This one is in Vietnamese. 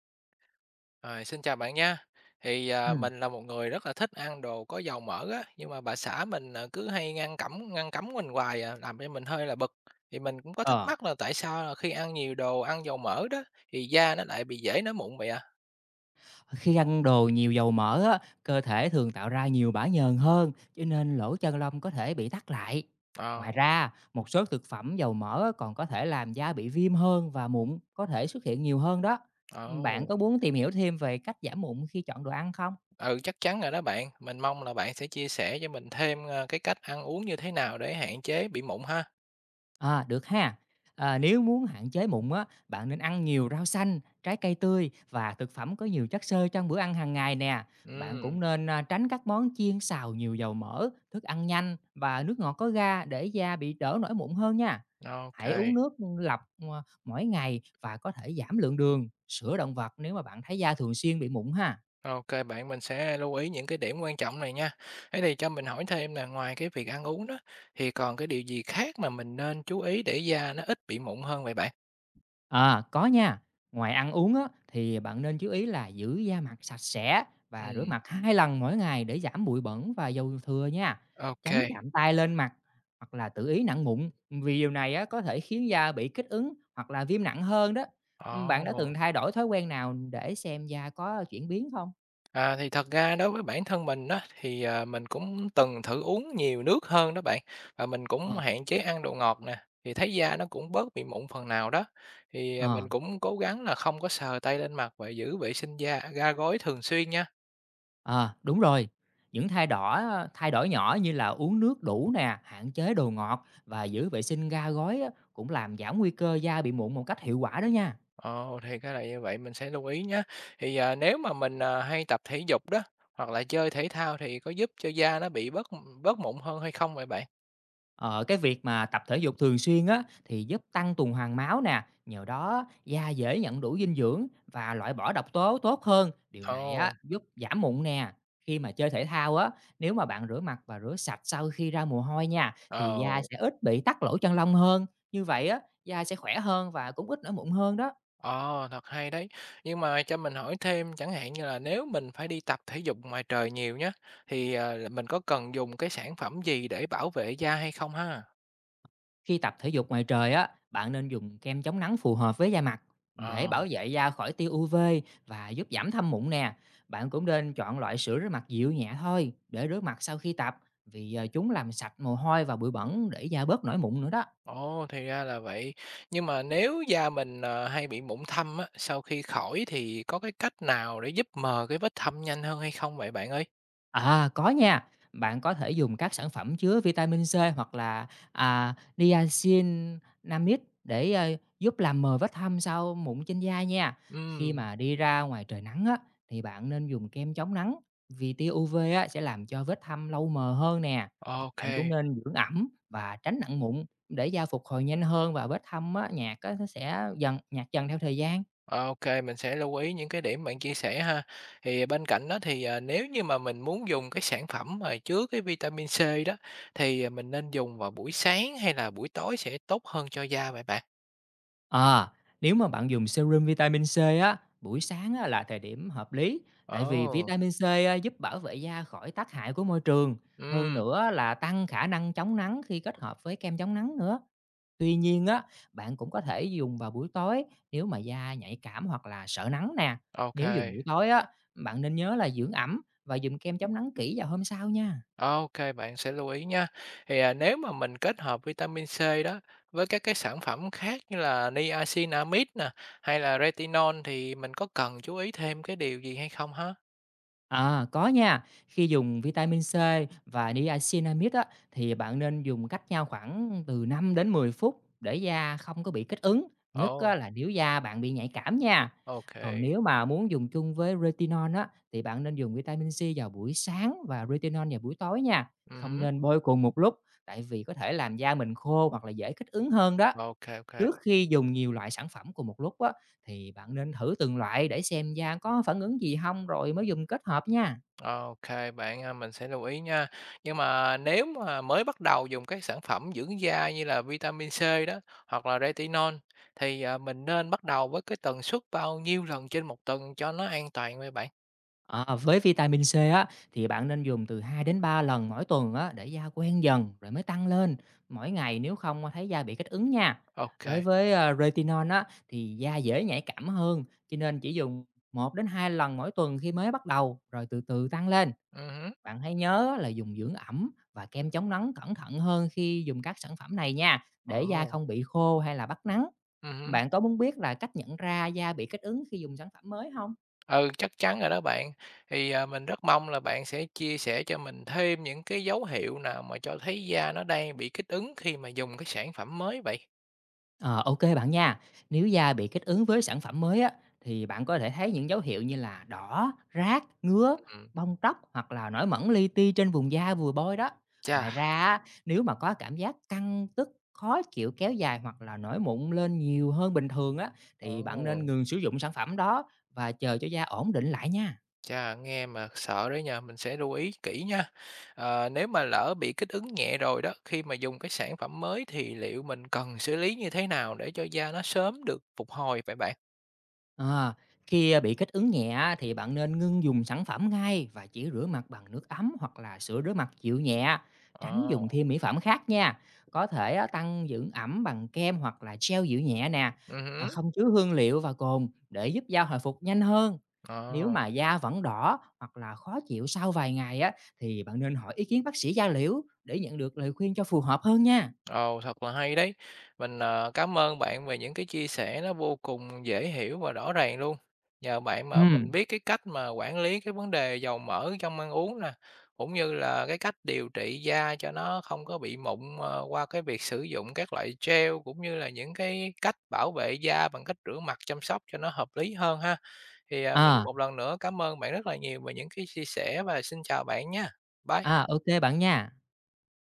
Rồi, xin chào bạn nha. Ừm, Mình là một người rất là thích ăn đồ có dầu mỡ á, nhưng mà bà xã mình cứ hay ngăn cấm mình hoài, làm cho mình hơi là bực. Thì mình cũng có thắc ờ, mắc là tại sao là khi ăn nhiều đồ ăn dầu mỡ đó thì da nó lại bị dễ nổi mụn vậy à? Khi ăn đồ nhiều dầu mỡ á, cơ thể thường tạo ra nhiều bã nhờn hơn, cho nên lỗ chân lông có thể bị tắc lại. Ngoài Ờ. ra, một số thực phẩm dầu mỡ á còn có thể làm da bị viêm hơn và mụn có thể xuất hiện nhiều hơn đó. Bạn Ồ. có muốn tìm hiểu thêm về cách giảm mụn khi chọn đồ ăn không? Ừ, chắc chắn rồi đó bạn. Mình mong là bạn sẽ chia sẻ cho mình thêm cái cách ăn uống như thế nào để hạn chế bị mụn ha. À, được ha. À, nếu muốn hạn chế mụn á, bạn nên ăn nhiều rau xanh, trái cây tươi và thực phẩm có nhiều chất xơ trong bữa ăn hàng ngày nè. Bạn Ừ. cũng nên tránh các món chiên xào nhiều dầu mỡ, thức ăn nhanh và nước ngọt có ga để da bị đỡ nổi mụn hơn nha. OK. Hãy uống nước lọc mỗi ngày và có thể giảm lượng đường, sữa động vật nếu mà bạn thấy da thường xuyên bị mụn ha. OK bạn, mình sẽ lưu ý những cái điểm quan trọng này nha. Thế thì cho mình hỏi thêm là ngoài cái việc ăn uống đó, thì còn cái điều gì khác mà mình nên chú ý để da nó ít bị mụn hơn vậy bạn? À, có nha. Ngoài ăn uống á, thì bạn nên chú ý là giữ da mặt sạch sẽ và rửa Ừm. mặt hai lần mỗi ngày để giảm bụi bẩn và dầu thừa nha. Tránh OK. chạm tay lên mặt hoặc là tự ý nặng mụn vì điều này á, có thể khiến da bị kích ứng hoặc là viêm nặng hơn đó. Bạn đã từng Ồ. thay đổi thói quen nào để xem da có chuyển biến không? Thì thật ra đối với bản thân mình đó thì mình cũng từng thử uống nhiều nước hơn đó bạn, và mình Ờ. cũng hạn chế ăn đồ ngọt nè, thì thấy da nó cũng bớt bị mụn phần nào đó. Ờ. Mình cũng cố gắng là không có sờ tay lên mặt và giữ vệ sinh da, ga gối thường xuyên nha. À, đúng rồi. Những thay đổi nhỏ như là uống nước đủ nè, hạn chế đồ ngọt và giữ vệ sinh ga gói á, cũng làm giảm nguy cơ da bị mụn một cách hiệu quả đó nha. Ồ, thì cái là như vậy mình sẽ lưu ý nhé. Nếu mà mình hay tập thể dục đó, hoặc là chơi thể thao thì có giúp cho da nó bị bớt bớt mụn hơn hay không vậy bạn? Ờ, cái việc mà tập thể dục thường xuyên á thì giúp tăng tuần hoàn máu nè, nhờ đó da dễ nhận đủ dinh dưỡng và loại bỏ độc tố tốt hơn. Điều này á Ồ. giúp giảm mụn nè. Khi mà chơi thể thao á, nếu mà bạn rửa mặt và rửa sạch sau khi ra mồ hôi nha thì da Ồ. sẽ ít bị tắc lỗ chân lông hơn. Như vậy á, da sẽ khỏe hơn và cũng ít nổi mụn hơn đó. Ồ, thật hay đấy. Nhưng mà cho mình hỏi thêm, chẳng hạn như là nếu mình phải đi tập thể dục ngoài trời nhiều nhá, thì là mình có cần dùng cái sản phẩm gì để bảo vệ da hay không ha? Khi tập thể dục ngoài trời á, bạn nên dùng kem chống nắng phù hợp với da mặt để Ờ. bảo vệ da khỏi tia UV và giúp giảm thâm mụn nè. Bạn cũng nên chọn loại sữa rửa mặt dịu nhẹ thôi để rửa mặt sau khi tập vì chúng làm sạch mồ hôi và bụi bẩn để da bớt nổi mụn nữa đó. Ồ, thì ra là vậy. Nhưng mà nếu da mình hay bị mụn thâm á, sau khi khỏi thì có cái cách nào để giúp mờ cái vết thâm nhanh hơn hay không vậy bạn ơi? À, có nha. Bạn có thể dùng các sản phẩm chứa vitamin C hoặc là, niacinamide để giúp làm mờ vết thâm sau mụn trên da nha. Khi Ừm. mà đi ra ngoài trời nắng á, thì bạn nên dùng kem chống nắng vì tia UV á sẽ làm cho vết thâm lâu mờ hơn nè. OK, Bạn kê, cũng nên dưỡng ẩm và tránh nặng mụn để da phục hồi nhanh hơn và vết thâm á nhạt á, nó sẽ dần nhạt dần theo thời gian. mình sẽ lưu ý những cái điểm bạn chia sẻ ha. Thì bên cạnh đó thì nếu như mà mình muốn dùng cái sản phẩm mà chứa cái vitamin C đó, thì mình nên dùng vào buổi sáng hay là buổi tối sẽ tốt hơn cho da vậy bạn? À, nếu mà bạn dùng serum vitamin C á, buổi sáng á, là thời điểm hợp lý, tại vì Ồ. vitamin C á, giúp bảo vệ da khỏi tác hại của môi trường, hơn Ừm. nữa là tăng khả năng chống nắng khi kết hợp với kem chống nắng nữa. Tuy nhiên á, bạn cũng có thể dùng vào buổi tối nếu mà da nhạy cảm hoặc là sợ nắng nè. Ô. Nếu dùng buổi tối á, bạn nên nhớ là dưỡng ẩm và dùng kem chống nắng kỹ vào hôm sau nha. OK, bạn sẽ lưu ý nha. Nếu mà mình kết hợp vitamin C đó với các cái sản phẩm khác như là niacinamide nè, hay là retinol thì mình có cần chú ý thêm cái điều gì hay không hả? À, có nha. Khi dùng vitamin C và niacinamide á, thì bạn nên dùng cách nhau khoảng từ 5 đến 10 phút để da không có bị kích ứng, nhất Ồ, á, oh, là nếu da bạn bị nhạy cảm nha. Còn OK. nếu mà muốn dùng chung với retinol á, thì bạn nên dùng vitamin C vào buổi sáng và retinol vào buổi tối nha. Không Ừm. nên bôi cùng một lúc, tại vì có thể làm da mình khô hoặc là dễ kích ứng hơn đó. OK, OK. Trước khi dùng nhiều loại sản phẩm cùng một lúc á, thì bạn nên thử từng loại để xem da có phản ứng gì không rồi mới dùng kết hợp nha. OK, bạn, mình sẽ lưu ý nha. Nhưng mà nếu mà mới bắt đầu dùng các sản phẩm dưỡng da như là vitamin C đó, hoặc là retinol thì mình nên bắt đầu với cái tần suất bao nhiêu lần trên một tuần cho nó an toàn vậy bạn? Ờ, với vitamin C á, thì bạn nên dùng từ 2 đến 3 lần mỗi tuần á, để da quen dần rồi mới tăng lên mỗi ngày nếu không thấy da bị kích ứng nha. Đối OK. với, retinol á, thì da dễ nhạy cảm hơn, cho nên chỉ dùng 1 đến 2 lần mỗi tuần khi mới bắt đầu, rồi từ từ tăng lên. Ừm. Bạn hãy nhớ là dùng dưỡng ẩm và kem chống nắng cẩn thận hơn khi dùng các sản phẩm này nha, để da Ồ, không bị khô hay là bắt nắng. Hứm. Bạn có muốn biết là cách nhận ra da bị kích ứng khi dùng sản phẩm mới không? Ừ, chắc chắn rồi đó bạn. Mình rất mong là bạn sẽ chia sẻ cho mình thêm những cái dấu hiệu nào mà cho thấy da nó đang bị kích ứng khi mà dùng cái sản phẩm mới vậy? Ờ, ô Bạn nha. Nếu da bị kích ứng với sản phẩm mới á, thì bạn có thể thấy những dấu hiệu như là đỏ, rát, ngứa, Ừm. bong tróc hoặc là nổi mẩn li ti trên vùng da vừa bôi đó. Chà. Ngoài ra á, nếu mà có cảm giác căng, tức, khó chịu kéo dài hoặc là nổi mụn lên nhiều hơn bình thường á, Ồ. thì bạn nên ngừng sử dụng sản phẩm đó và chờ cho da ổn định lại nha. Chà, nghe mà sợ đấy nha, mình sẽ lưu ý kỹ nha. Ờ, nếu mà lỡ bị kích ứng nhẹ rồi đó, khi mà dùng cái sản phẩm mới thì liệu mình cần xử lý như thế nào để cho da nó sớm được phục hồi vậy bạn? À, khi bị kích ứng nhẹ á, thì bạn nên ngưng dùng sản phẩm ngay và chỉ rửa mặt bằng nước ấm hoặc là sữa rửa mặt dịu nhẹ, tránh Ờ, dùng thêm mỹ phẩm khác nha. Có thể á, tăng dưỡng ẩm bằng kem hoặc là gel dịu nhẹ nè, hứm, không chứa hương liệu và cồn để giúp da hồi phục nhanh hơn. Nếu ờ. mà da vẫn đỏ hoặc là khó chịu sau vài ngày á thì bạn nên hỏi ý kiến bác sĩ da liễu để nhận được lời khuyên cho phù hợp hơn nha. Ồ, thật là hay đấy. Mình cám ơn bạn về những cái chia sẻ nó vô cùng dễ hiểu và rõ ràng luôn. Nhờ bạn mà mình Ừ. biết cái cách mà quản lý cái vấn đề dầu mỡ trong ăn uống nè, cũng như là cái cách điều trị da cho nó không có bị mụn, qua cái việc sử dụng các loại gel, cũng như là những cái cách bảo vệ da bằng cách rửa mặt chăm sóc cho nó hợp lý hơn ha. Mình À, một lần nữa cảm ơn bạn rất là nhiều về những cái chia sẻ và xin chào bạn nha. Bye. OK bạn nha.